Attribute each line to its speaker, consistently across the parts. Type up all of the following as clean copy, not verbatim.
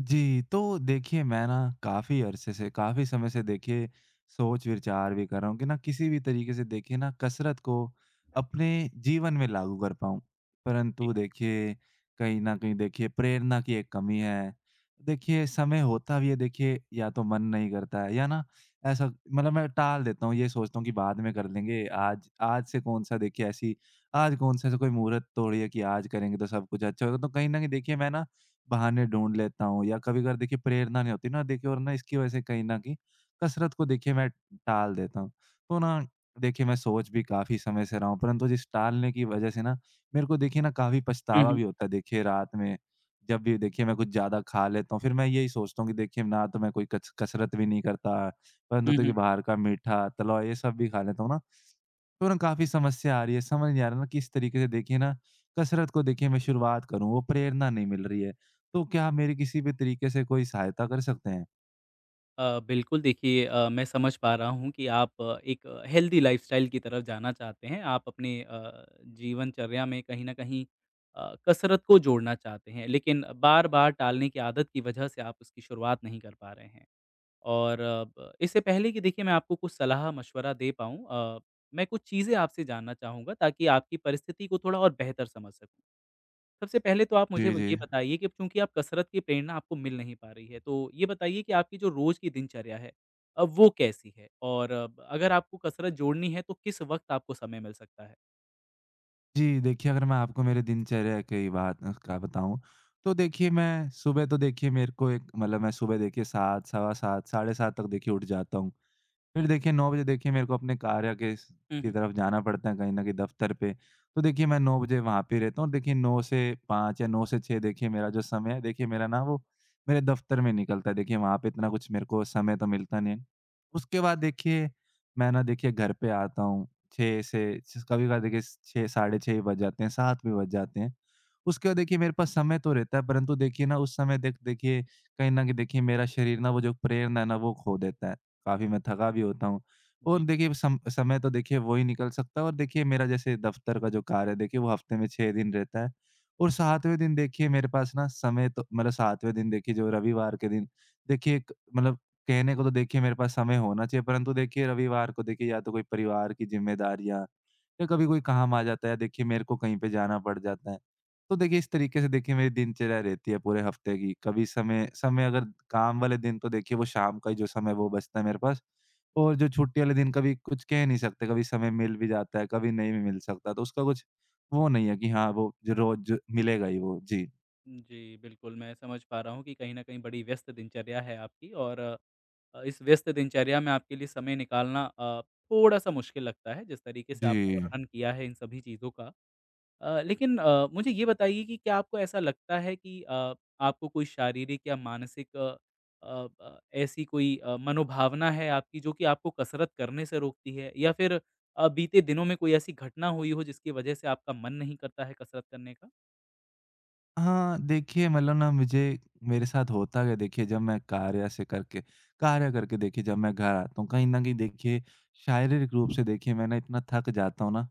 Speaker 1: जी, तो देखिए मैं ना काफ़ी अरसे से, काफ़ी समय से देखिए सोच-विचार भी कर रहा हूँ कि ना किसी भी तरीके से देखिए ना कसरत को अपने जीवन में लागू कर पाऊँ। परंतु देखिए, कहीं न कहीं देखिए प्रेरणा की एक कमी है। देखिए समय होता भी है देखिए, या तो मन नहीं करता है या ना ऐसा मतलब मैं टाल देता हूँ, ये सोचता हूँ कि बाद में कर लेंगे। आज आज से कौन-सा देखिए ऐसी आज कौन-सा ऐसा कोई मुहूर्त तोड़ी है कि आज करेंगे तो सब कुछ अच्छा होगा। तो कहीं न कहीं देखिए मैं ना बहाने ढूँढ लेता हूँ, या कभी-कभार देखिए प्रेरणा नहीं होती ना देखिए, और ना इसकी वजह से कहीं न कहीं कसरत को देखिए मैं टाल देता हूँ। तो ना देखिए मैं सोच भी काफ़ी समय से रहा हूँ, परंतु जिस टालने की वजह से ना मेरे को देखिए ना काफ़ी
Speaker 2: हुँ,
Speaker 1: पछतावा
Speaker 2: हुँ।
Speaker 1: भी होता है देखिए रात में। जब भी देखिए मैं कुछ ज़्यादा खा लेता हूँ, फिर मैं यही सोचता हूँ कि देखिए ना तो मैं कोई कच कसरत भी नहीं करता, परंतु
Speaker 2: हुँ, हुँ।
Speaker 1: देखिए बाहर का मीठा, तला हुआ ये सब भी खा लेता हूँ ना। तो ना काफ़ी समस्या आ रही है, समझ नहीं आ रहा ना किस तरीके से देखिए ना कसरत को देखिए मैं शुरुआत करूँ, वो प्रेरणा नहीं मिल रही है। तो क्या आप मेरी किसी भी तरीके से कोई सहायता कर सकते हैं?
Speaker 2: बिल्कुल देखिए, मैं समझ पा रहा हूँ कि आप एक हेल्दी लाइफ़स्टाइल की तरफ जाना चाहते हैं। आप अपने जीवनचर्या में कहीं न कहीं कसरत को जोड़ना चाहते हैं, लेकिन बार-बार टालने की आदत की वजह से आप उसकी शुरुआत नहीं कर पा रहे हैं। और अब इससे पहले कि देखिए मैं आपको कुछ सलाह-मशवरा दे पाऊँ, मैं कुछ चीज़ें आपसे जानना चाहूँगा ताकि आपकी परिस्थिति को थोड़ा और बेहतर समझ सकूँ। सबसे पहले तो आप
Speaker 1: जी,
Speaker 2: मुझे ये
Speaker 1: जी।
Speaker 2: बताइए कि चूँकि आप कसरत की प्रेरणा आपको मिल नहीं पा रही है, तो ये बताइए कि आपकी जो रोज़ की दिनचर्या है, वो कैसी है? और अब अगर आपको कसरत जोड़नी है, तो किस वक़्त आपको समय मिल सकता है?
Speaker 1: जी, देखिए अगर मैं आपको मेरे दिनचर्या की बात का बताऊँ, तो देखिए मैं सुबह तो देखिए मेरे को एक मतलब मैं सुबह देखिए 7, सवा 7, साढ़े 7 तक देखिए उठ जाता हूँ। फिर देखिए 9 बजे देखिए मेरे को अपने कार्य के स
Speaker 2: हुँ,
Speaker 1: की
Speaker 2: हुँ।
Speaker 1: तरफ जाना पड़ता है, कहीं न कहीं दफ़्तर पे। तो देखिए मैं 9 बजे वहाँ पे रहता हूँ, और देखिए 9 से 5 या 9 से 6 देखिए मेरा जो समय है देखिए मेरा ना वो मेरे दफ़्तर में निकलता है। देखिए वहाँ पे इतना कुछ मेरे को समय तो मिलता नहीं है। उसके बाद देखिए मैं ना देखिए घर पे आता हूँ 6 से स कभी-कभार देखिए 6, साढ़े 6 बज जाते हैं, 7 भी बज जाते हैं। उसके बाद देखिए मेरे पास समय तो रहता है, परंतु देखिए ना उस समय देखिए कहीं न कहीं देखिए मेरा शरीर ना वो जो प्रेरणा है ना वो खो देता है। काफ़ी मैं थका भी होता हूँ। और
Speaker 2: जी।
Speaker 1: देखिए सम समय तो देखिए वो ही निकल सकता है, और देखिए मेरा जैसे दफ़्तर का जो कार्य है देखिए वो हफ़्ते में 6 दिन रहता है। और 7वें दिन देखिए मेरे पास ना समय तो मतलब 7वें दिन देखिए जो रविवार के दिन देखिए एक मतलब कहने को तो देखिए मेरे पास समय होना चाहिए, परंतु देखिए रविवार को देखिए या तो कोई परिवार की ज़िम्मेदारियाँ, या कभी कोई काम आ जाता है देखिए मेरे को कहीं पे जाना पड़ जाता है। तो देखिए इस तरीके से देखिए मेरी दिनचर्या रहती है पूरे हफ्ते की। कभी समय समय अगर काम वाले दिन तो देखिए वो शाम का ही जो समय है वो बचता है मेरे पास। और जो छुट्टी वाले दिन कभी कुछ कह नहीं सकते, कभी समय मिल भी जाता है, कभी नहीं भी मिल सकता। तो उसका कुछ वो नहीं है कि हाँ, वो जो रोज़ मिलेगा ही वो। जी।
Speaker 2: जी, बिल्कुल, मैं समझ पा रहा हूँ कि कहीं न कहीं बड़ी व्यस्त दिनचर्या है आपकी, और इस व्यस्त दिनचर्या में आपके लिए समय निकालना थोड़ा-सा मुश्किल लगता है, जिस तरीके से आपने
Speaker 1: जी।
Speaker 2: वर्णन किया है इन सभी चीज़ों का। लेकिन मुझे ये बताइए कि क्या आपको ऐसा लगता है कि आपको कोई शारीरिक या मानसिक अ अ, ब ऐसी कोई मनोभावना है आपकी जो कि आपको कसरत करने से रोकती है? या फिर बीते दिनों में कोई ऐसी घटना हुई हो जिसकी वजह से आपका मन नहीं करता है कसरत करने का?
Speaker 1: हाँ, देखिए मतलब ना मुझे मेरे साथ होता क्या देखिए, जब मैं कार्य करके देखिए जब मैं घर आता हूँ, कहीं न कहीं देखिए शारीरिक रूप से देखिए मैं ना इतना थक जाता हूँ ना,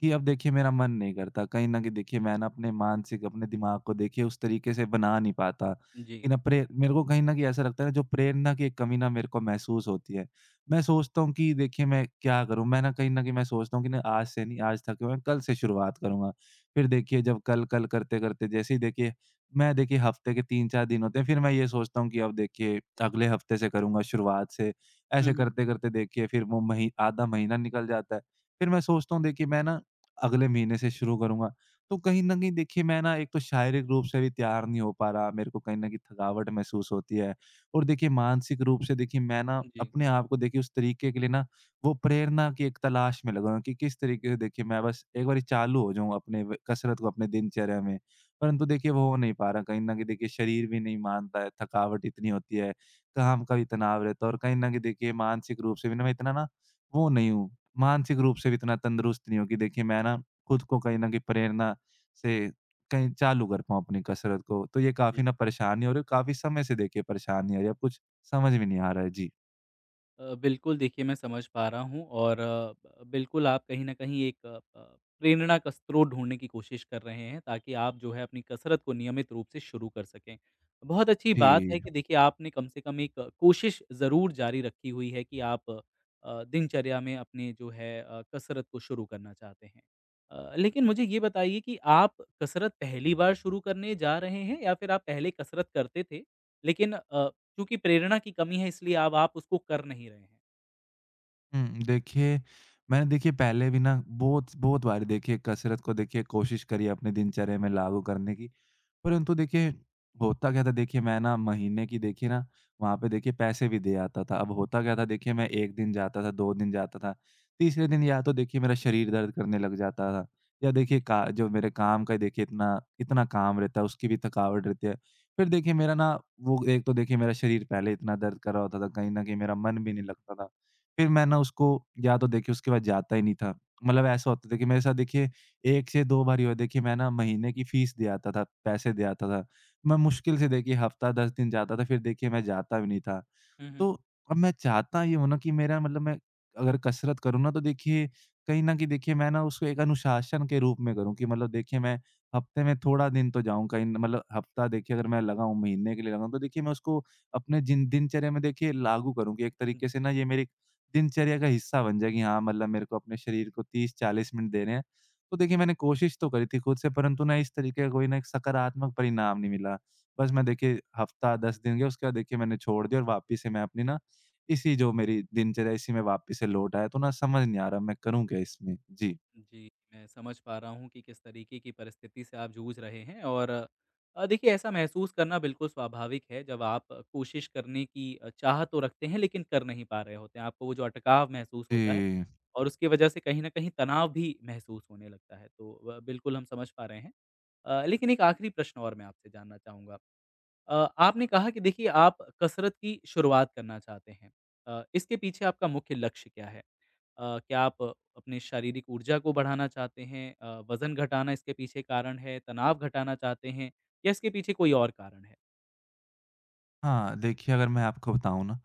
Speaker 1: कि अब देखिए मेरा मन नहीं करता। कहीं न कहीं देखिए मैं ना अपने दिमाग को देखिए उस तरीके से बना नहीं पाता,
Speaker 2: जी।
Speaker 1: कि ना प्रे मेरे को कहीं न कहीं ऐसा लगता है ना जो प्रेरणा की एक कमी ना मेरे को महसूस होती है। मैं सोचता हूँ कि देखिए मैं क्या करूँ? मैं ना कहीं न कहीं मैं सोचता हूँ कि ना आज से नहीं, आज थके हुए हैं, कल से शुरुआत करूँगा। फिर देखिए जब कल-कल करते-करते जैसे ही देखिए मैं देखिए हफ्ते के 3-4 दिन होते हैं, फिर मैं ये सोचता हूँ कि अब देखिए अगले हफ्ते से करूँगा शुरुआत से।
Speaker 2: हुँ,
Speaker 1: ऐसे
Speaker 2: हुँ।
Speaker 1: करते-करते देखिए फिर वो मही आधा महीना निकल जाता है। फिर मैं सोचता हूँ देखिए मैं ना अगले महीने से शुरू करूँगा। तो कहीं न कहीं देखिए मैं ना एक तो शारीरिक रूप से भी तैयार नहीं हो पा रहा, मेरे को कहीं न कहीं थकावट महसूस होती है, और देखिए मानसिक रूप से देखिए मैं ना
Speaker 2: जी।
Speaker 1: अपने आप को देखिए उस तरीके के लिए ना वो प्रेरणा की एक तलाश में लगा हूँ कि किस तरीके से देखिए मैं बस एक बारी चालू हो जाऊँ अपने व कसरत को अपने दिनचर्या में। परंतु देखिए वो हो नहीं पा रहा, कहीं न कहीं देखिए शरीर भी नहीं मानता है, थकावट इतनी होती है, काम का भी तनाव रहता है, और कहीं न कहीं देखिए मानसिक रूप से भी ना मैं इतना ना वो नहीं हूँ, मानसिक रूप से भी इतना तंदुरुस्त नहीं हूँ कि देखिए मैं ना खुद को कहीं न कहीं प्रेरणा से कहीं चालू कर पाऊँ अपनी कसरत को। तो ये
Speaker 2: जी,
Speaker 1: काफ़ी ना परेशानी हो रही है, काफ़ी समय से देखिए परेशानी आ रही है, अब कुछ समझ में नहीं आ रहा है। जी।
Speaker 2: बिल्कुल देखिए, मैं समझ पा रहा हूँ, और अ, ब बिल्कुल आप कहीं न कहीं एक अ, प प्रेरणा का स्रोत ढूँढने की कोशिश कर रहे हैं ताकि आप जो है अपनी कसरत को नियमित रूप से शुरू कर सकें। बहुत अच्छी बात है
Speaker 1: जी।
Speaker 2: कि देखिए आपने कम से कम एक कोशिश ज़रूर जारी रखी हुई है कि आप दिनचर्या में अपने जो है कसरत को शुरू करना चाहते हैं। लेकिन मुझे ये बताइए कि आप कसरत पहली बार शुरू करने जा रहे हैं या फिर आप पहले कसरत करते थे, लेकिन चूँकि प्रेरणा की कमी है इसलिए अब आप उसको कर नहीं रहे हैं।
Speaker 1: देखिए, मैंने देखिए पहले भी ना बहुत बहुत बारी देखिए कसरत को देखिए कोशिश करी है अपने दिनचर्या में लागू करने की। परंतु देखिए, होता क्या था देखिए मैं ना महीने की देखिए ना वहाँ पे देखिए पैसे भी दे आता था। अब होता क्या था देखिए मैं 1 दिन जाता था, 2 दिन जाता था, तीसरे दिन या तो देखिए मेरा शरीर दर्द करने लग जाता था, या देखिए का जो मेरे काम का देखिए इतना इतना काम रहता है उसकी भी थकावट रहती है। फिर देखिए मेरा ना वो एक तो देखिए मेरा शरीर पहले इतना दर्द कर रहा होता था, कहीं न कहीं मेरा मन भी नहीं लगता था। फिर मैं ना उसको या तो देखिए उसके बाद जाता ही नहीं था। मतलब ऐसा होता था कि मेरे साथ देखिए 1 से 2 बार ही हुआ। देखिए मैं ना महीने की फ़ीस दे आता था, पैसे दे आता था। मैं मुश्किल से देखिए हफ़्ता 10 दिन जाता था, फिर देखिए मैं जाता भी नहीं था।
Speaker 2: हुँ, हुँ।
Speaker 1: तो अब मैं चाहता ये हूँ ना कि मेरा मतलब मैं अगर कसरत करूँ ना, तो देखिए कहीं न कहीं देखिए मैं ना उसको एक अनुशासन के रूप में करूँ, कि मतलब देखिए मैं हफ्ते में थोड़ा दिन तो जाऊँ, कहीं न मतलब हफ्ता देखिए अगर मैं लगाऊँ महीने के लिए लगाऊँ तो देखिए मैं उसको अपने जिन दिनचर्या में देखिए लागू करूँ कि एक तरीके से
Speaker 2: जी,
Speaker 1: ना ये मेरी दिनचर्या का हिस्सा बन जाए कि हाँ, मतलब मेरे को अपने शरीर को 30-40 मिनट देने हैं। तो देखिए मैंने कोशिश तो करी थी खुद से, परंतु ना इस तरीके का कोई ना एक सकारात्मक परिणाम नहीं मिला। बस मैं देखिए हफ्ता 10 दिन गया, उसके बाद देखिए मैंने छोड़ दिया, और वापस से मैं अपनी ना इसी जो मेरी दिनचर्या है, इसी में वापस से लौट आया। तो ना समझ नहीं आ रहा मैं करूँ क्या इसमें? जी।
Speaker 2: जी, मैं समझ पा रहा हूँ कि किस तरीके की परिस्थिति से आप जूझ रहे हैं, और देखिए ऐसा महसूस करना बिल्कुल स्वाभाविक है जब आप कोशिश करने की चाह तो रखते हैं लेकिन कर नहीं पा रहे होते हैं। आपको वो जो अटकाव महसूस होता है
Speaker 1: जी।
Speaker 2: और उसकी वजह से कहीं न कहीं तनाव भी महसूस होने लगता है। तो बिल्कुल हम समझ पा रहे हैं। लेकिन एक आखिरी प्रश्न और मैं आपसे जानना चाहूँगा। आपने कहा कि देखिए आप कसरत की शुरुआत करना चाहते हैं। इसके पीछे आपका मुख्य लक्ष्य क्या है? क्या आप अपने शारीरिक ऊर्जा को बढ़ाना चाहते हैं? वज़न घटाना इसके पीछे कारण है? तनाव घटाना चाहते हैं? या इसके पीछे कोई और कारण है?
Speaker 1: हाँ, देखिए अगर मैं आपको बताऊँ ना,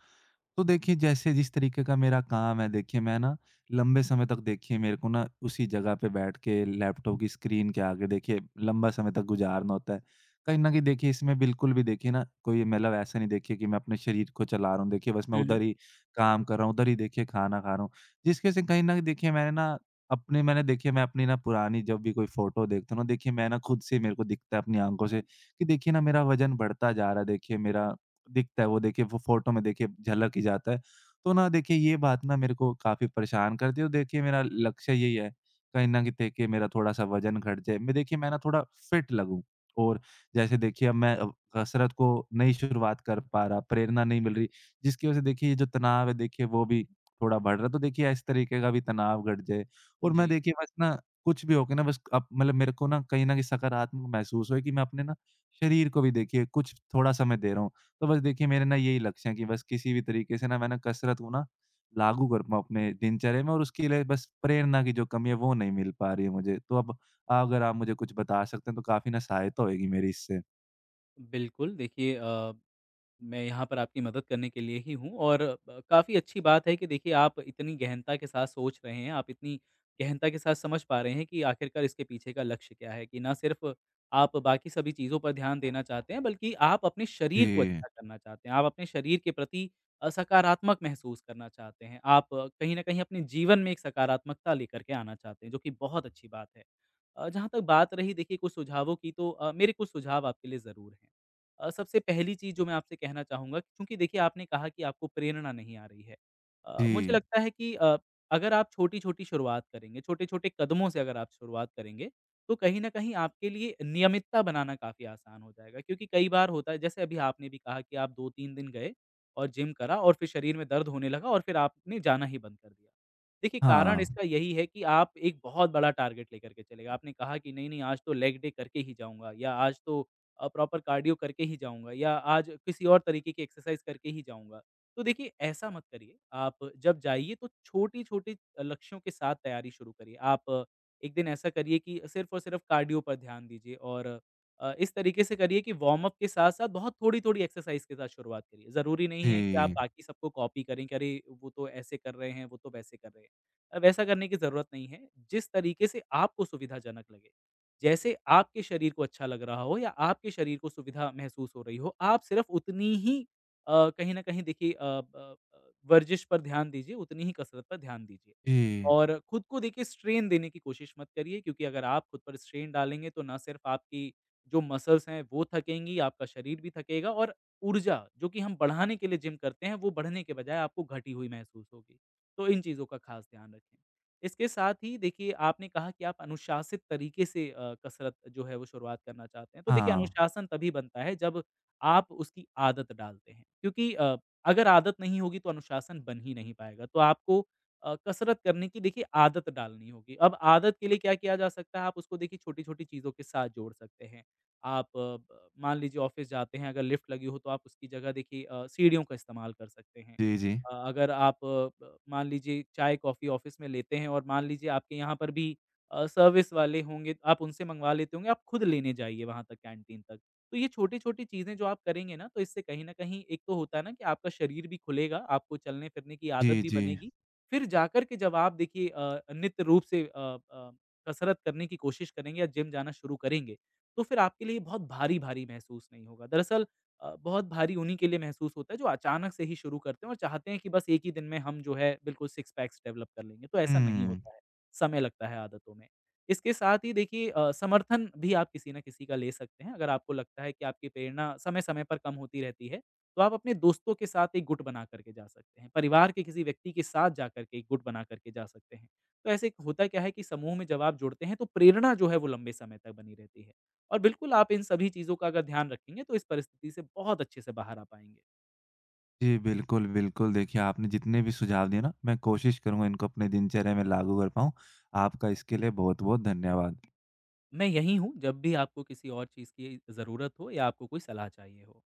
Speaker 1: तो देखिए जैसे जिस तरीके का मेरा काम है देखिए मैं ना लंबे समय तक देखिए मेरे को ना उसी जगह पे बैठ के लैपटॉप की स्क्रीन के आगे देखिए लंबा समय तक गुज़ारना होता है। कहीं न कहीं देखिए इसमें बिल्कुल भी देखिए ना कोई मतलब ऐसा नहीं देखिए कि मैं अपने शरीर को चला रहा हूँ, देखिए बस मैं
Speaker 2: हुँ, हुँ।
Speaker 1: उधर ही काम कर रहा हूँ, उधर ही देखिए खाना खा रहा हूँ। जिसकी वज़ह से कहीं न कहीं देखिए मैंने ना अपने मैंने देखिए मैं अपनी ना पुरानी जब भी कोई फ़ोटो देखता हूँ ना देखिए मैं ना खुद से मेरे को दिखता है अपनी आँखों से कि देखिए ना मेरा वज़न बढ़ता जा रहा है, देखिए मेरा दिखता है वो देखिए वो फ़ोटो में देखिए झलक ही जाता है। तो ना देखिए ये बात ना मेरे को काफ़ी परेशान करती है, और देखिए मेरा लक्ष्य यही है, कहीं न कहीं देखिए मेरा थोड़ा-सा वज़न घट जाए। मैं देखिए मैं ना थोड़ा फ़िट लगूँ, और जैसे देखिए अब मैं कसरत को नई शुरुआत कर पा रहा, प्रेरणा नहीं मिल रही, जिसकी वज़ह से देखिए ये जो तनाव है देखिए वो भी थोड़ा बढ़ रहा है। तो देखिए इस तरीके का भी तनाव घट जाए, और मैं
Speaker 2: जी,
Speaker 1: देखिए बस ना कुछ भी हो के ना बस अब मतलब मेरे को ना कहीं न कहीं सकारात्मक महसूस हो कि मैं अपने ना शरीर को भी देखिए कुछ थोड़ा समय दे रहा हूँ। तो बस देखिए मेरे ना यही लक्ष्य है कि बस किसी भी तरीके से ना मैं ना कसरत को ना लागू कर पाऊँ अपने दिनचर्या में, और उसके लिए बस प्रेरणा की जो कमी है वो नहीं मिल पा रही है मुझे। तो अब अगर आप मुझे कुछ बता सकते हैं तो काफ़ी ना सहायता होएगी मेरी इससे।
Speaker 2: बिल्कुल देखिए, मैं यहाँ पर आपकी मदद करने के लिए ही हूँ, और काफ़ी अच्छी बात है कि देखिए आप इतनी गहनता के साथ सोच रहे हैं, आप इतनी गहनता के साथ समझ पा रहे हैं कि आखिरकार इसके पीछे का लक्ष्य क्या है, कि ना सिर्फ़ आप बाकी सभी चीज़ों पर ध्यान देना चाहते हैं, बल्कि आप अपने शरीर को
Speaker 1: जी,
Speaker 2: अच्छा करना चाहते हैं, आप अपने शरीर के प्रति सकारात्मक महसूस करना चाहते हैं। आप कहीं न कहीं अपने जीवन में एक सकारात्मकता लेकर के आना चाहते हैं, जो कि बहुत अच्छी बात है। जहाँ तक बात रही देखिए कुछ सुझावों की, तो मेरे कुछ सुझाव आपके लिए ज़रूर हैं। सबसे पहली चीज़ जो मैं आपसे कहना चाहूँगा, क्योंकि देखिए आपने कहा कि आपको प्रेरणा नहीं आ रही है।
Speaker 1: जी।
Speaker 2: मुझे लगता है कि अगर आप छोटी-छोटी शुरुआत करेंगे, छोटे-छोटे कदमों से अगर आप शुरुआत करेंगे, तो कहीं न कहीं आपके लिए नियमितता बनाना काफ़ी आसान हो जाएगा। क्योंकि कई बार होता है, जैसे अभी आपने भी कहा कि आप 2-3 दिन गए और जिम करा और फिर शरीर में दर्द होने लगा और फिर आपने जाना ही बंद कर दिया। देखिए कारण
Speaker 1: हाँ।
Speaker 2: इसका यही है कि आप एक बहुत बड़ा टारगेट लेकर के चले गए। आपने कहा कि नहीं, नहीं आज तो लेग डे करके ही जाऊँगा, या आज तो प्रॉपर कार्डियो करके ही जाऊँगा, या आज किसी और तरीके की एक्सरसाइज़ करके ही जाऊँगा। तो देखिए ऐसा मत करिए, आप जब जाइए तो छोटे-छोटे लक्ष्यों के साथ तैयारी शुरू करिए। आप एक दिन ऐसा करिए कि सिर्फ़ और सिर्फ़ कार्डियो पर ध्यान दीजिए, और इस तरीके से करिए कि वार्म अप के साथ-साथ बहुत थोड़ी-थोड़ी एक्सरसाइज़ के साथ शुरुआत करिए। ज़रूरी नहीं है कि आप
Speaker 1: जी,
Speaker 2: बाकी सबको कॉपी करें कि अरे! वो तो ऐसे कर रहे हैं, वो तो वैसे कर रहे हैं। वैसा करने की ज़रूरत नहीं है, जिस तरीके से आपको सुविधाजनक लगे। जैसे आपके शरीर को अच्छा लग रहा हो या आपके शरीर को सुविधा महसूस हो रही हो, आप सिर्फ़ उतनी ही कहीं न कहीं देखिए वर्जिश पर ध्यान दीजिए, उतनी ही कसरत पर ध्यान दीजिए।
Speaker 1: जी।
Speaker 2: और खुद को देखिए स्ट्रेन देने की कोशिश मत करिए, क्योंकि अगर आप खुद पर स्ट्रेन डालेंगे तो ना सिर्फ़ आपकी जो मसल्स हैं वो थकेंगी, आपका शरीर भी थकेगा, और ऊर्जा जो कि हम बढ़ाने के लिए जिम करते हैं, वो बढ़ने के बजाय आपको घटी हुई महसूस होगी। तो इन चीज़ों का ख़ास ध्यान रखें। इसके साथ ही देखिए आपने कहा कि आप अनुशासित तरीके से कसरत जो है वो शुरुआत करना चाहते हैं। तो देखिए
Speaker 1: हाँ।
Speaker 2: अनुशासन तभी बनता है जब आप उसकी आदत डालते हैं, क्योंकि अगर आदत नहीं होगी तो अनुशासन बन ही नहीं पाएगा। तो आपको कसरत करने की देखिए आदत डालनी होगी। अब आदत के लिए क्या किया जा सकता है, आप उसको देखिए छोटी-छोटी चीज़ों के साथ जोड़ सकते हैं। आप अ, ब मान लीजिए ऑफ़िस जाते हैं, अगर लिफ्ट लगी हो तो आप उसकी जगह देखिए सीढ़ियों का इस्तेमाल कर सकते हैं।
Speaker 1: जी, जी।
Speaker 2: अगर आप ब मान लीजिए चाय, कॉफ़ी ऑफ़िस में लेते हैं, और मान लीजिए आपके यहाँ पर भी सर्विस वाले होंगे, आप उनसे मंगवा लेते होंगे, आप खुद लेने जाइए वहाँ तक, कैंटीन तक। तो ये छोटी-छोटी चीज़ें जो आप करेंगे ना, तो इससे कहीं न कहीं एक तो होता है ना कि आपका शरीर भी खुलेगा, आपको चलने-फिरने की आदत
Speaker 1: जी,
Speaker 2: भी
Speaker 1: जी।
Speaker 2: बनेगी। फिर जाकर के जब आप देखिए नित्य रूप से कसरत करने की कोशिश करेंगे या जिम जाना शुरू करेंगे, तो फिर आपके लिए बहुत भारी-भारी महसूस नहीं होगा। दरअसल बहुत भारी उन्हीं के लिए महसूस होता है जो अचानक से ही शुरू करते हैं और चाहते हैं कि बस एक ही दिन में हम जो है बिल्कुल सिक्स पैक्स डेवलप कर लेंगे। तो ऐसा नहीं
Speaker 1: हुँ।
Speaker 2: होता है, समय लगता है आदतों में। इसके साथ ही देखिए समर्थन भी आप किसी न किसी का ले सकते हैं, अगर आपको लगता है कि आपकी प्रेरणा समय-समय पर कम होती रहती है, तो आप अपने दोस्तों के साथ एक गुट बना कर के जा सकते हैं, परिवार के किसी व्यक्ति के साथ जाकर के एक गुट बना कर के जा सकते हैं। तो ऐसे होता क्या है कि समूह में जब आप जुड़ते हैं तो प्रेरणा जो है वो लंबे समय तक बनी रहती है। और बिल्कुल आप इन सभी चीज़ों का अगर ध्यान रखेंगे तो इस परिस्थिति से बहुत अच्छे से बाहर आ पाएँगे।
Speaker 1: जी, बिल्कुल, बिल्कुल। देखिए आपने जितने भी सुझाव दिए ना मैं कोशिश करूँगा इनको अपने दिनचर्या में लागू कर पाऊँ। आपका इसके लिए बहुत-बहुत धन्यवाद।
Speaker 2: मैं यहीं हूँ, जब भी आपको किसी और चीज़ की ज़रूरत हो या आपको कोई सलाह चाहिए हो।